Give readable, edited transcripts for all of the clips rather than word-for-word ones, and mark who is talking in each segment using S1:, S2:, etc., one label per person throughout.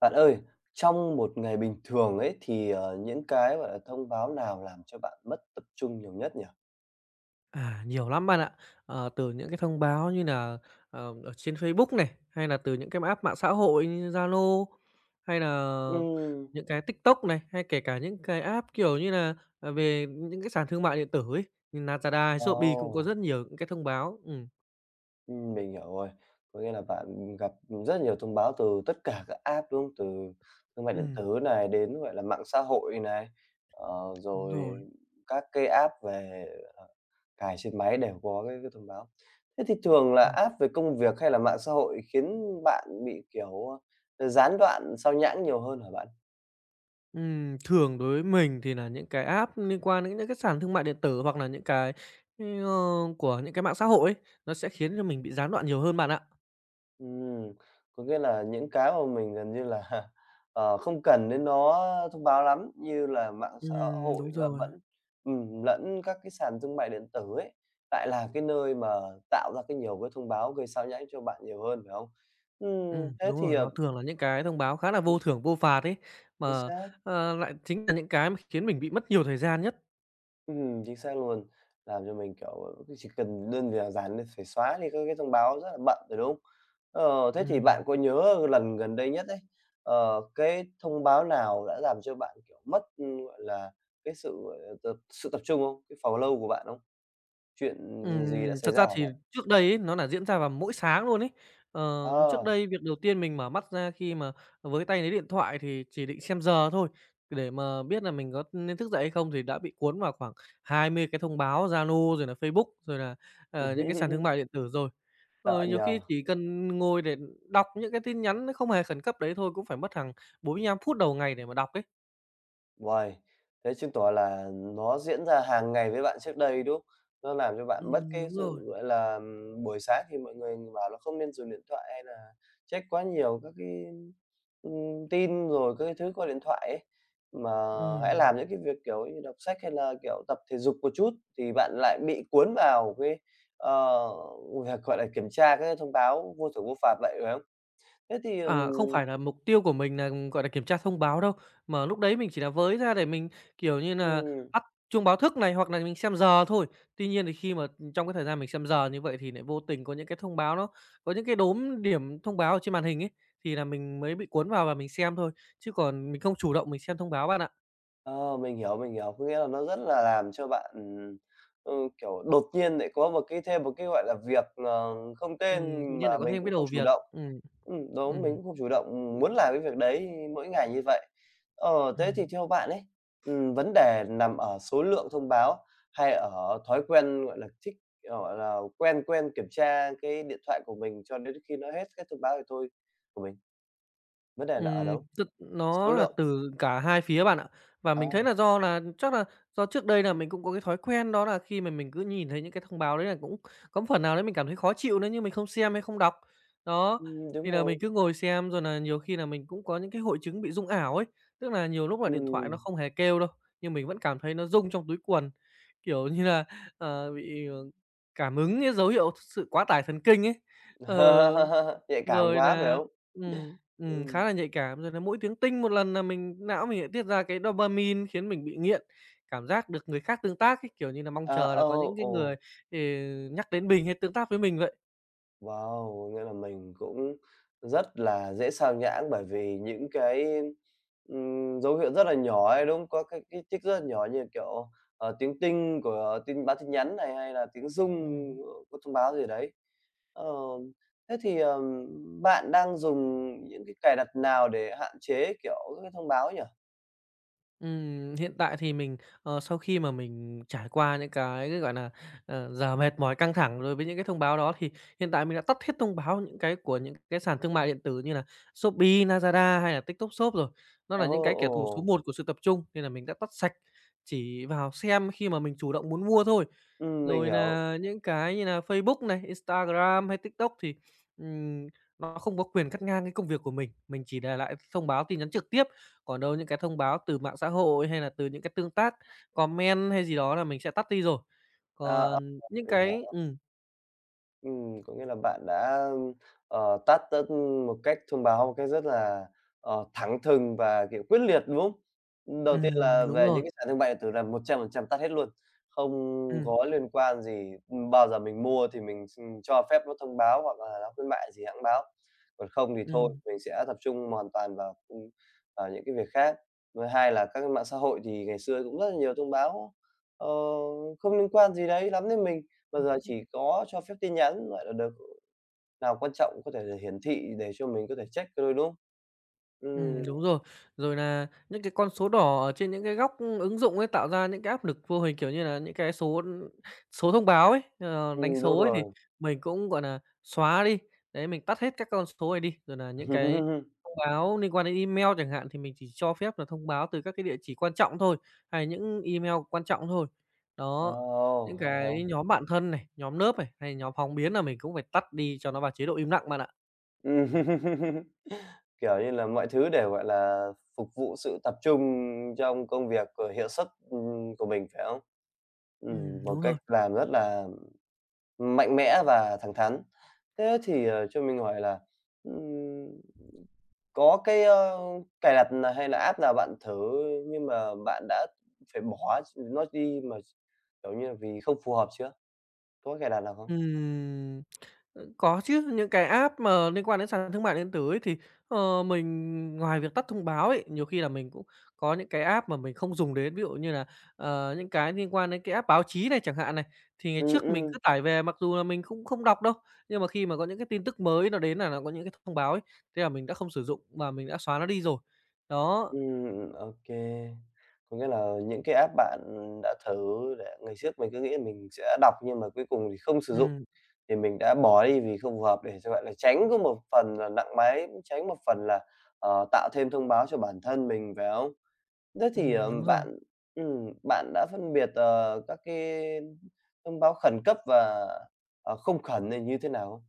S1: Bạn ơi, trong một ngày bình thường ấy thì, những cái, gọi là, thông báo nào làm cho bạn mất tập trung nhiều nhất nhỉ?
S2: À, nhiều lắm bạn ạ. Từ những cái thông báo như là ở trên Facebook này, hay là từ những cái app mạng xã hội như Zalo, hay là
S1: Ừm.
S2: những cái TikTok này, hay kể cả những cái app, kiểu như là về những cái sàn thương mại điện tử ấy, như Lazada hay Shopee cũng có
S1: Ồ,
S2: rất nhiều những cái thông báo.
S1: mình hiểu rồi. Có nghĩa là bạn gặp rất nhiều thông báo từ tất cả các app, đúng không? Từ thương mại điện
S2: Ừm,
S1: tử này đến, gọi là, mạng xã hội này,
S2: đúng
S1: rồi
S2: rồi.
S1: các cái app về, ờ, cài trên máy đều có cái thông báo. Thế thì thường là
S2: Ừm,
S1: app về công việc hay là mạng xã hội khiến bạn bị, kiểu, gián đoạn, sao nhãng nhiều hơn hả bạn?
S2: Thường đối với mình thì là những cái app liên quan đến những cái sàn thương mại điện tử hoặc là những cái, ơ, của những cái mạng xã hội ấy, nó sẽ khiến cho mình bị gián đoạn nhiều hơn bạn ạ.
S1: Ừm, có nghĩa là những cái mà mình gần như là, không cần đến nó thông báo lắm, như là mạng xã hội
S2: Đúng
S1: là
S2: rồi.
S1: vẫn lẫn các cái sàn thương mại điện tử ấy, lại là cái nơi mà tạo ra cái nhiều cái thông báo gây sao nhãng cho bạn nhiều hơn, phải không? Thế
S2: Đúng
S1: thì,
S2: rồi, nó thường là những cái thông báo khá là vô
S1: ừm,
S2: thưởng vô phạt ấy,
S1: chính
S2: mà,
S1: xác.
S2: lại chính là những cái mà khiến mình bị mất nhiều thời gian nhất.
S1: Chính xác luôn, làm cho mình, kiểu, cứ chỉ cần đơn việc giản nên phải xóa đi các cái thông báo rất là bận rồi, đúng không? Ờ, thế thì bạn
S2: Ừm,
S1: có nhớ lần gần đây nhất ấy, cái thông báo nào đã làm cho bạn, kiểu, mất, gọi là, cái sự, gọi là, tập trung không? Cái follow của bạn không? Chuyện gì đã xảy
S2: Thật
S1: ra
S2: ra
S1: hả
S2: thì
S1: bạn?
S2: trước đây ấy, nó là diễn ra vào mỗi sáng luôn ấy. Trước
S1: Ờ.
S2: đây việc đầu tiên mình mở mắt ra khi mà với tay lấy điện thoại thì chỉ định xem giờ thôi, để mà biết là mình có nên thức dậy hay không thì đã bị cuốn vào khoảng 20 cái thông báo Zalo rồi là Facebook, rồi là, những cái sàn thương mại điện tử rồi. Ờ,
S1: Sợ
S2: nhiều
S1: nhỉ?
S2: khi chỉ cần ngồi để đọc những cái tin nhắn nó không hề khẩn cấp đấy thôi cũng phải mất hàng 45 phút đầu ngày để mà đọc ấy.
S1: Uầy, thế chứng tỏ là nó diễn ra hàng ngày với bạn trước đây, đúng không? Nó làm cho bạn mất cái
S2: Đúng rồi.
S1: sự, gọi là, buổi sáng thì mọi người bảo là không nên dùng điện thoại hay là check quá nhiều các cái, tin rồi các cái thứ qua điện thoại ấy, mà hãy làm
S2: Ừm,
S1: những cái việc, kiểu như, đọc sách hay là, kiểu, tập thể dục một chút thì bạn lại bị cuốn vào cái, ờ, việc, gọi là, kiểm tra các cái thông báo vô thưởng vô phạt vậy, phải không? Thế thì,
S2: Không phải là mục tiêu của mình là gọi là, kiểm tra thông báo đâu, mà lúc đấy mình chỉ là với ra để mình, kiểu như nà,
S1: ừm.
S2: tắt chuông báo thức này hoặc nà mình xem giờ thôi. Tuy nhiên thì khi mà, trong cái thời gian mình xem giờ như vậy thì nại vô tình có những cái thông báo nó có những cái đốm điểm thông báo ở trên màn hình ấy, thì là mình mới bị cuốn vào và mình xem thôi, chứ còn mình không chủ động mình xem thông báo bạn ạ.
S1: Ờ, mình hiểu, mình hiểu. Có nghĩa là nó rất là làm cho bạn, ừ, kiểu, đột nhiên lại có một cái, gọi là, việc, không tên
S2: Tự nhiên
S1: mà
S2: lại có
S1: mình
S2: thêm
S1: cũng
S2: cái
S1: không
S2: đầu
S1: chủ
S2: việc.
S1: động.
S2: Ừm.
S1: Đúng, mình
S2: Ừm,
S1: cũng không chủ động, ừ, muốn làm cái việc đấy mỗi ngày như vậy. Ờ, thế thì
S2: ừm,
S1: theo bạn ấy, vấn đề nằm ở số lượng thông báo hay ở thói quen, gọi là, thích, gọi là, quen quen kiểm tra cái điện thoại của mình cho đến khi nó hết cái thông báo thì thôi của mình? Vấn đề là ở đâu?
S2: Tức
S1: Số
S2: nó là
S1: lượng?
S2: từ cả hai phía bạn ạ. Và
S1: À,
S2: mình thấy là do là chắc là do trước đây là mình cũng có cái thói quen đó là khi mà mình cứ nhìn thấy những cái thông báo đấy là cũng có một phần nào đấy mình cảm thấy khó chịu nữa nhưng mình không xem hay không đọc. Đó,
S1: đúng
S2: thì là
S1: rồi.
S2: mình cứ ngồi xem rồi là nhiều khi là mình cũng có những cái hội chứng bị rung ảo ấy, tức là nhiều lúc là điện thoại nó
S1: Ừm.
S2: không hề kêu đâu, nhưng mình vẫn cảm thấy nó rung trong túi quần, kiểu như là, bị, cảm ứng cái dấu hiệu sự quá tải thần kinh ấy. Ờ.
S1: Nhạy cảm
S2: Rồi
S1: quá, phải
S2: là
S1: không? Ừm.
S2: khá là nhạy cảm, rồi là mỗi tiếng "tinh" một lần là mình não mình lại tiết ra cái dopamine khiến mình bị nghiện, cảm giác được người khác tương tác ấy, kiểu như là mong
S1: À,
S2: chờ là có
S1: ô,
S2: những cái người,
S1: ồ,
S2: ừ, nhắc đến mình hay tương tác với mình vậy.
S1: wow! Nghĩa là mình cũng rất là dễ xao nhãng bởi vì những cái, dấu hiệu rất là nhỏ ấy, đúng không? Có cái trích rất là nhỏ như, kiểu, tiếng tinh của tin nhắn này, hay là tiếng rung
S2: Ừm.
S1: của thông báo gì đấy. Ờ, thế thì, bạn đang dùng những cái cài đặt nào để hạn chế, kiểu, các cái thông báo nhỉ?
S2: Hiện tại thì mình, sau khi mà mình trải qua những cái, gọi là giờ mệt mỏi căng thẳng rồi với những cái thông báo đó thì hiện tại mình đã tắt hết thông báo những cái của những cái sàn thương mại điện tử như là Shopee, Lazada hay là TikTok Shop rồi. Nó
S1: Ồ,
S2: là những cái kẻ
S1: ồ,
S2: thù số một của sự tập trung nên là mình đã tắt sạch, chỉ vào xem khi mà mình chủ động muốn mua thôi.
S1: mình
S2: Rồi
S1: hiểu.
S2: là những cái như là Facebook này, Instagram hay TikTok thì, ừm, nó không có quyền cắt ngang cái công việc của mình chỉ để lại thông báo tin nhắn trực tiếp còn đâu những cái thông báo từ mạng xã hội hay là từ những cái tương tác, comment hay gì đó là mình sẽ tắt đi rồi.
S1: À,
S2: Còn những
S1: mình hiểu.
S2: cái
S1: Có nghĩa là bạn đã, tát tất một cách thông báo một cách rất là, thẳng thừng và, kiểu, quyết liệt, đúng không? Đầu tiên là
S2: đúng
S1: về
S2: rồi,
S1: những cái sàn thương mại điện tử là 100% tắt hết luôn, không
S2: ừm,
S1: có liên quan gì, bao giờ mình mua thì mình x cho phép nó thông báo hoặc là nó khuyến mại gì hẵng báo, còn không thì thôi,
S2: ừm.
S1: mình sẽ tập trung hoàn toàn vào những cái việc khác. Thứ hai là các cái mạng xã hội thì ngày xưa cũng rất là nhiều thông báo, ờ, không liên quan gì đấy lắm đến mình. Bây giờ chỉ có cho phép tin nhắn, gọi là, được nào quan trọng có thể là hiển thị để cho mình có thể check thôi, đúng không? Ừm,
S2: Đúng rồi. Rồi là những cái con số đỏ ở trên những cái góc ứng dụng ấy, tạo ra những cái áp lực vô hình, kiểu như là những cái số số thông báo ấy, đánh
S1: đúng
S2: số ấy thì
S1: rồi.
S2: mình cũng, gọi là xóa đi, đấy, mình tắt hết các con số này đi. Rồi là những cái thông báo liên quan đến email chẳng hạn thì mình chỉ cho phép là thông báo từ các cái địa chỉ quan trọng thôi, hay những email quan trọng thôi. Đó,
S1: Ồ,
S2: những
S1: hay ha!
S2: cái nhóm bạn thân này, nhóm lớp này, hay nhóm phóng biến là mình cũng phải tắt đi cho nó vào chế độ im lặng bạn ạ.
S1: Ừm, kiểu như là, mọi thứ để, gọi là, phục vụ sự tập trung trong công việc, hiệu suất, của mình, phải không? Một
S2: Đúng
S1: cách
S2: rồi.
S1: làm rất là mạnh mẽ và thẳng thắn. Thế thì, cho mình hỏi là, ừm, có cái, cài đặt hay là app nào bạn thử nhưng mà bạn đã phải bỏ nó đi mà, kiểu như là, vì không phù hợp chưa? Có cài đặt nào không?
S2: Ừm, ừ, có chứ, những cái app mà liên quan đến sàn thương mại điện tử ấy thì, mình ngoài việc tắt thông báo ấy, nhiều khi là mình cũng có những cái app mà mình không dùng đến. Ví dụ như là, những cái liên quan đến cái app báo chí này chẳng hạn này, thì ngày
S1: Ừm,
S2: trước mình
S1: ừm.
S2: cứ tải về mặc dù là mình cũng không đọc đâu, nhưng mà khi mà có những cái tin tức mới nó đến là nó có những cái thông báo ấy, thế là mình đã không sử dụng và mình đã xóa nó đi rồi. Đó,
S1: Ô. Có nghĩa là những cái app bạn đã thử để ngày trước mình cứ nghĩ là mình sẽ đọc nhưng mà cuối cùng thì không sử dụng,
S2: ừm,
S1: thì mình đã bỏ đi vì không phù hợp để cho, gọi là, tránh có một phần là nặng máy, cũng tránh một phần là, tạo thêm thông báo cho bản thân mình, phải không? Thế thì,
S2: đúng rồi.
S1: bạn bạn đã phân biệt, các cái thông báo khẩn cấp và, không khẩn này như thế nào không?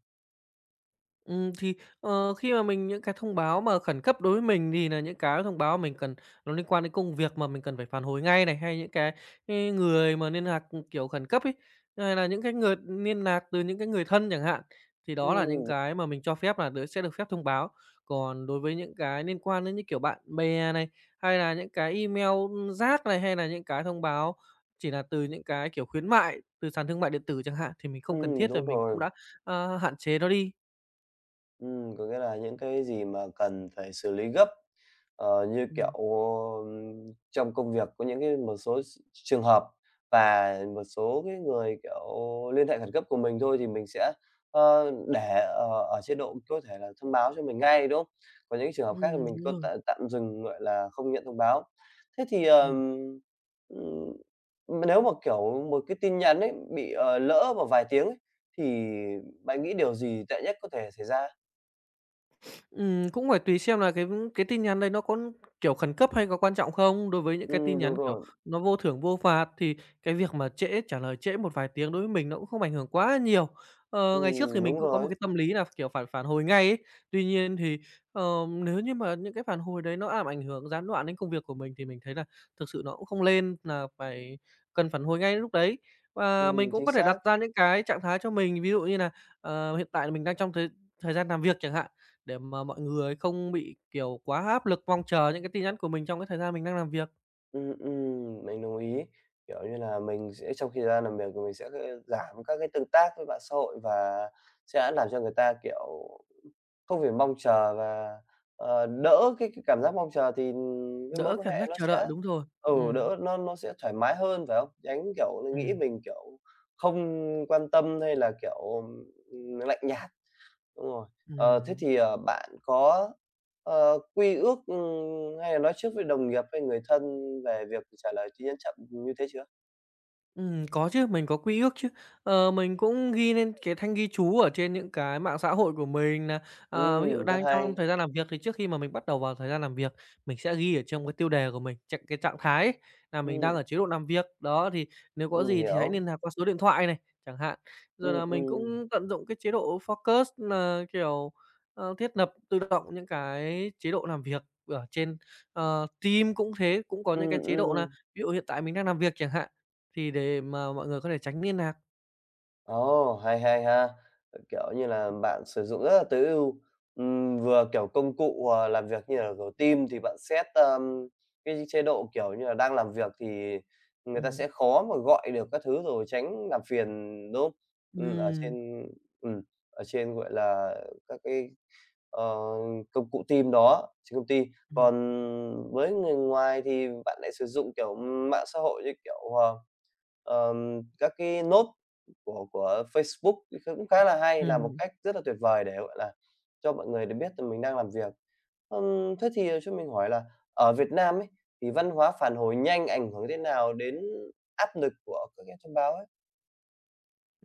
S2: Thì, khi mà mình những cái thông báo mà khẩn cấp đối với mình thì là những cái thông báo mình cần nó liên quan đến công việc mà mình cần phải phản hồi ngay này, hay những cái người mà liên lạc, kiểu, khẩn cấp ấy, hay là những cái người liên lạc từ những cái người thân chẳng hạn, thì đó là những
S1: Ừm,
S2: cái mà mình cho phép là được sẽ được phép thông báo. Còn đối với những cái liên quan đến, những kiểu, bạn bè này, hay là những cái email, rác này, hay là những cái thông báo chỉ là từ những cái, kiểu, khuyến mại từ sàn thương mại điện tử chẳng hạn, thì mình không cần thiết là
S1: đúng
S2: mình cũng
S1: rồi.
S2: đã, hạn chế nó đi.
S1: Có nghĩa là những cái gì mà cần phải xử lý gấp, như kiểu,
S2: Ừm.
S1: ừm, trong công việc có những cái một số trường hợp và một số cái người, kiểu, liên hệ khẩn cấp của mình thôi thì mình sẽ, để, ở chế độ có thể là thông báo cho mình ngay, đúng không? Còn những trường hợp khác
S2: Ừm,
S1: thì mình
S2: đúng
S1: có
S2: rồi.
S1: tạm tạm dừng, gọi là, không nhận thông báo. Thế thì,
S2: Ừm.
S1: ừm, nếu mà, kiểu, một cái tin nhắn ấy bị, lỡ vào vài tiếng ấy, thì bạn nghĩ điều gì tệ nhất có thể xảy ra?
S2: Cũng phải tùy xem là cái tin nhắn đấy nó có, kiểu, khẩn cấp hay có quan trọng không. Đối với những cái tin
S1: Đúng
S2: nhắn, kiểu,
S1: rồi.
S2: nó vô thưởng vô phạt thì cái việc mà trễ trả lời trễ một vài tiếng đối với mình nó cũng không ảnh hưởng quá nhiều. Ngày trước thì mình
S1: Đúng
S2: cũng có một
S1: rồi.
S2: cái tâm lý là, kiểu, phải phản hồi ngay ấy. Tuy nhiên thì, ờ, nếu như mà những cái phản hồi đấy nó làm ảnh hưởng gián đoạn đến công việc của mình thì mình thấy là thực sự nó cũng không lên là phải cần phản hồi ngay lúc đấy. Và mình cũng
S1: Chính
S2: có thể đặt
S1: xác.
S2: ra những cái trạng thái cho mình, ví dụ như là, hiện tại là mình đang trong thời thời gian làm việc chẳng hạn, để mà mọi người không bị, kiểu, quá áp lực mong chờ những cái tin nhắn của mình trong cái thời gian mình đang làm việc,
S1: Mình đồng ý. Kiểu như là, mình sẽ trong khi ra làm việc thì mình sẽ, giảm các cái tương tác với mạng xã hội và sẽ làm cho người ta, kiểu, không phải mong chờ và, đỡ cái cảm giác mong chờ thì cái mối
S2: đỡ
S1: quan
S2: cảm
S1: hệ
S2: giác
S1: nó
S2: chờ
S1: sẽ
S2: đợi, đúng rồi.
S1: đỡ nó sẽ thoải mái hơn, phải không? Tránh, kiểu, nghĩ
S2: Ừm,
S1: mình, kiểu, không quan tâm hay là, kiểu, lạnh nhạt. Đúng rồi. Ờ, thế
S2: ừm.
S1: thì, bạn có, quy ước, hay là nói trước với đồng nghiệp hay người thân về việc trả lời tin nhắn chậm như thế chưa?
S2: Có chứ, mình có quy ước chứ. Mình cũng ghi lên cái thanh ghi chú ở trên những cái mạng xã hội của mình nà. Ví dụ
S1: Rất
S2: đang trong
S1: hay.
S2: thời gian làm việc thì trước khi mà mình bắt đầu vào thời gian làm việc, mình sẽ ghi ở trong cái tiêu đề của mình, cái trạng thái ấy, là mình
S1: Ừm,
S2: đang ở chế độ làm việc. Đó, thì nếu có gì thì hãy
S1: hiểu.
S2: liên lạc qua số điện thoại này, chẳng hạn. Rồi
S1: Ừm,
S2: là mình
S1: ừm.
S2: cũng tận dụng cái chế độ focus nà, kiểu, thiết lập tự động những cái chế độ làm việc ở trên, Teams cũng thế, cũng có những cái
S1: Ừm,
S2: chế độ
S1: ừm.
S2: nà ví dụ hiện tại mình đang làm việc chẳng hạn, thì để mà mọi người có thể tránh liên lạc.
S1: Ồ, hay hay ha! Kiểu như là, bạn sử dụng rất là tối ưu, vừa, kiểu, công cụ, làm việc như là, kiểu, team thì bạn set, cái chế độ, kiểu như là, đang làm việc thì người ta
S2: Ừm.
S1: sẽ khó mà gọi được các thứ rồi tránh làm phiền, đúng không? Ừm, ở
S2: Ừm.
S1: trên ừm, ở trên, gọi là, các cái, ờ, công cụ team đó trên công ty.
S2: Ừm,
S1: Còn với người ngoài thì bạn lại sử dụng, kiểu, mạng xã hội như kiểu, các cái nốt của Facebook thì cũng khá là hay, là một
S2: ừm.
S1: cách rất là tuyệt vời để, gọi là, cho mọi người được biết là mình đang làm việc. Thế thì cho mình hỏi là ở Việt Nam ấy, thì văn hóa phản hồi nhanh ảnh hưởng thế nào đến áp lực của các cái thông báo ấy?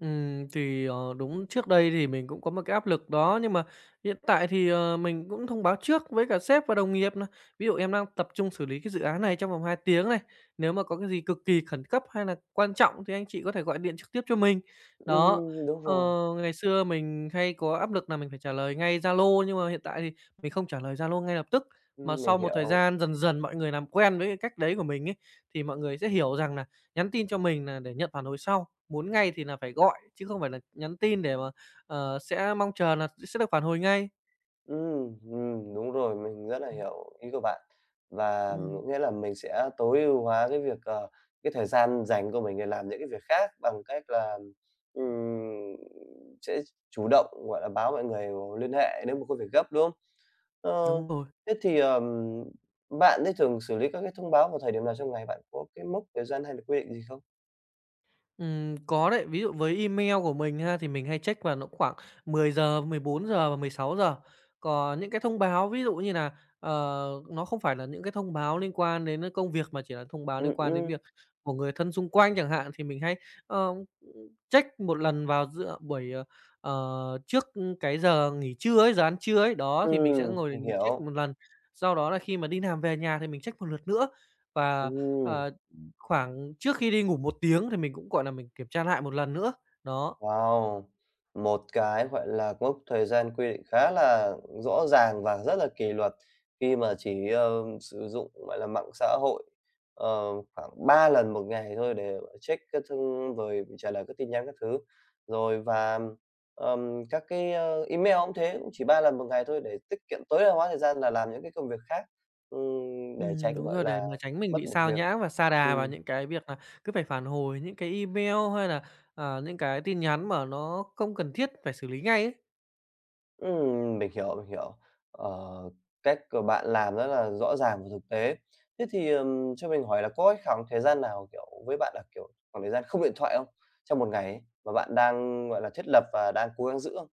S2: Thì, đúng trước đây thì mình cũng có một cái áp lực đó, nhưng mà hiện tại thì, mình cũng thông báo trước với cả sếp và đồng nghiệp nà. Ví dụ em đang tập trung xử lý cái dự án này trong vòng 2 tiếng này, nếu mà có cái gì cực kỳ khẩn cấp hay là quan trọng thì anh chị có thể gọi điện trực tiếp cho mình. Đó,
S1: Đúng
S2: ờ,
S1: rồi,
S2: ngày xưa mình hay có áp lực là mình phải trả lời ngay Zalo, nhưng mà hiện tại thì mình không trả lời Zalo ngay lập tức, mà
S1: mình
S2: sau một thời
S1: hiểu.
S2: gian dần dần mọi người làm quen với cái cách đấy của mình ấy, thì mọi người sẽ hiểu rằng là nhắn tin cho mình là để nhận phản hồi sau. Muốn ngay thì là phải gọi, chứ không phải là nhắn tin để mà, sẽ mong chờ là sẽ được phản hồi ngay.
S1: Đúng rồi, mình rất là hiểu ý của bạn. Và
S2: Ừm,
S1: nghĩa là mình sẽ tối ưu hóa cái việc, cái thời gian dành của mình để làm những cái việc khác bằng cách là, ừm, sẽ chủ động, gọi là, báo mọi người liên hệ nếu mà có việc gấp, đúng không? Ờ,
S2: đúng rồi.
S1: thế thì, bạn ấy thường xử lý các cái thông báo vào thời điểm nào trong ngày? Bạn có cái mốc thời gian hay là quy định gì không?
S2: Có đấy. Ví dụ với email của mình ha, thì mình hay check vào nó khoảng 10:00 giờ và 16 giờ. Còn những cái thông báo ví dụ như là ờ, nó không phải là những cái thông báo liên quan đến công việc mà chỉ là thông báo liên
S1: Ừm,
S2: quan đến
S1: ừm,
S2: việc của người thân xung quanh chẳng hạn, thì mình hay, ờ, check một lần vào giữa buổi, trước cái giờ nghỉ trưa ấy, giờ ăn trưa ấy. Đó, thì mình sẽ ngồi để
S1: mình
S2: mình check
S1: hiểu.
S2: một lần. Sau đó là khi mà đi làm về nhà thì mình check một lượt nữa và,
S1: Ừm.
S2: ờ khoảng trước khi đi ngủ một tiếng thì mình cũng, gọi là, mình kiểm tra lại một lần nữa. Đó,
S1: Wow! Một cái, gọi là, mốc thời gian quy định khá là rõ ràng và rất là kỷ luật khi mà chỉ, sử dụng, gọi là, mạng xã hội, ờ, khoảng 3 lần một ngày thôi để check các thông rồi trả lời các tin nhắn các thứ. Rồi và, các cái, email cũng thế, cũng chỉ 3 lần một ngày thôi để tiết kiệm tối đa hóa thời gian là làm những cái công việc khác, để tránh,
S2: đúng
S1: gọi
S2: rồi, để
S1: là,
S2: mà tránh mình
S1: mất
S2: bị
S1: một
S2: xao
S1: việc.
S2: nhãng và sa
S1: Ừm.
S2: đà vào những cái việc là cứ phải phản hồi những cái email hay là, những cái tin nhắn mà nó không cần thiết phải xử lý ngay ấy.
S1: Mình hiểu, mình hiểu. Ờ, cách của bạn làm rất là rõ ràng và thực tế. Thế thì, cho mình hỏi là có cái khoảng thời gian nào, kiểu, với bạn là, kiểu, khoảng thời gian không điện thoại không? Trong một ngày ấy, mà bạn đang, gọi là, thiết lập và đang cố gắng giữ không?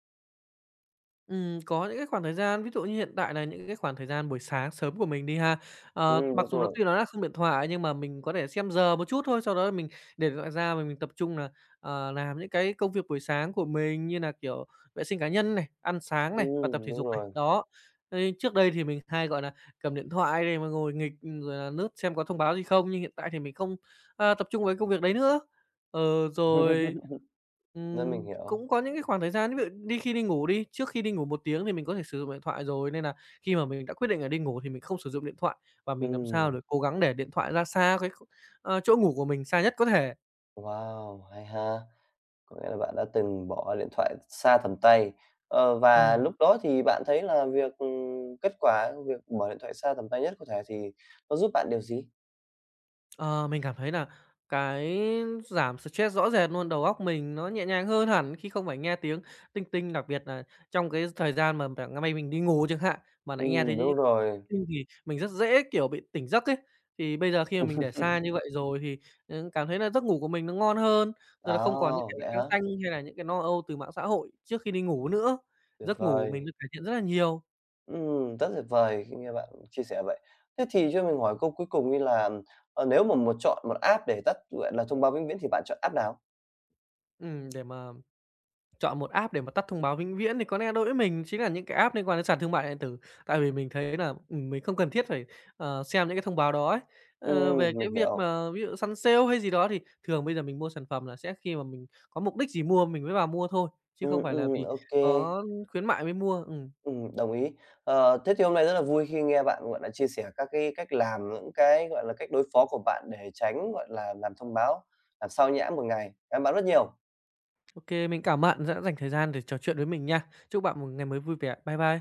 S2: Có những cái khoảng thời gian, ví dụ như hiện tại là những cái khoảng thời gian buổi sáng sớm của mình đi ha. Mặc
S1: Đúng
S2: dù là
S1: rồi.
S2: tuy nó là không điện thoại nhưng mà mình có thể xem giờ một chút thôi, sau đó là mình để điện thoại ra và mình tập trung là, làm những cái công việc buổi sáng của mình như là, kiểu, vệ sinh cá nhân này, ăn sáng này và tập thể
S1: Đúng
S2: dục này,
S1: rồi.
S2: đó. Trước đây thì mình hay, gọi là, cầm điện thoại để mà ngồi nghịch, rồi là lướt xem có thông báo gì không, nhưng hiện tại thì mình không, tập trung với công việc đấy nữa. Ờ, rồi.
S1: Nên mình hiểu.
S2: Cũng có những cái khoảng thời gian, ví dụ đi khi đi ngủ đi, trước khi đi ngủ một tiếng thì mình có thể sử dụng điện thoại rồi, nên là khi mà mình đã quyết định là đi ngủ thì mình không sử dụng điện thoại và mình làm sao
S1: Ừm,
S2: để cố gắng để điện thoại ra xa cái chỗ ngủ của mình xa nhất có thể.
S1: wow, hay ha! Có nghĩa là bạn đã từng bỏ điện thoại xa tầm tay. Ờ, và
S2: Ừm.
S1: lúc đó thì bạn thấy là việc, kết quả việc bỏ điện thoại xa tầm tay nhất có thể thì nó giúp bạn điều gì?
S2: Ờ, mình cảm thấy là cái giảm stress rõ rệt luôn, đầu óc mình nó nhẹ nhàng hơn hẳn khi không phải nghe tiếng tinh tinh, đặc biệt là trong cái thời gian mà ngày mai mình đi ngủ chẳng hạn, mà lại nghe
S1: Đúng
S2: thấy
S1: rồi.
S2: sinh thì mình rất dễ, kiểu, bị tỉnh giấc ấy. Thì bây giờ khi mà mình để xa như vậy rồi thì, cảm thấy là giấc ngủ của mình nó ngon hơn, rồi
S1: À,
S2: là không còn những cái
S1: vậy hả?
S2: căng xanh hay là những cái lo âu từ mạng xã hội trước khi đi ngủ nữa.
S1: Tuyệt
S2: Giấc ngủ của
S1: vời.
S2: mình được cải thiện rất là nhiều.
S1: Rất tuyệt vời khi nghe bạn chia sẻ vậy. Thế thì cho mình hỏi câu cuối cùng đi là, nếu mà chọn một app để tắt, gọi là, thông báo vĩnh viễn thì bạn chọn app nào?
S2: Để mà Chọn một app để mà tắt thông báo vĩnh viễn thì có lẽ đối với mình chính là những cái app liên quan đến sàn thương mại điện tử. Tại vì mình thấy là, mình không cần thiết phải, xem những cái thông báo đó ấy. Về
S1: Mình
S2: cái việc
S1: hiểu.
S2: mà ví dụ săn sale hay gì đó thì thường bây giờ mình mua sản phẩm là sẽ khi mà mình có mục đích gì mua mình mới vào mua thôi, chứ không phải là vì
S1: Ô kê.
S2: có khuyến mại mới mua.
S1: Đồng ý. Ờ, thế thì hôm nay rất là vui khi nghe bạn, gọi là, chia sẻ các cái cách làm, những cái, gọi là, cách đối phó của bạn để tránh, gọi là, làm thông báo làm sao nhãng một ngày. Cảm ơn bạn rất nhiều.
S2: Ô Mình cảm ơn bạn đã dành thời gian để trò chuyện với mình nha. Chúc bạn một ngày mới vui vẻ. Bye bye.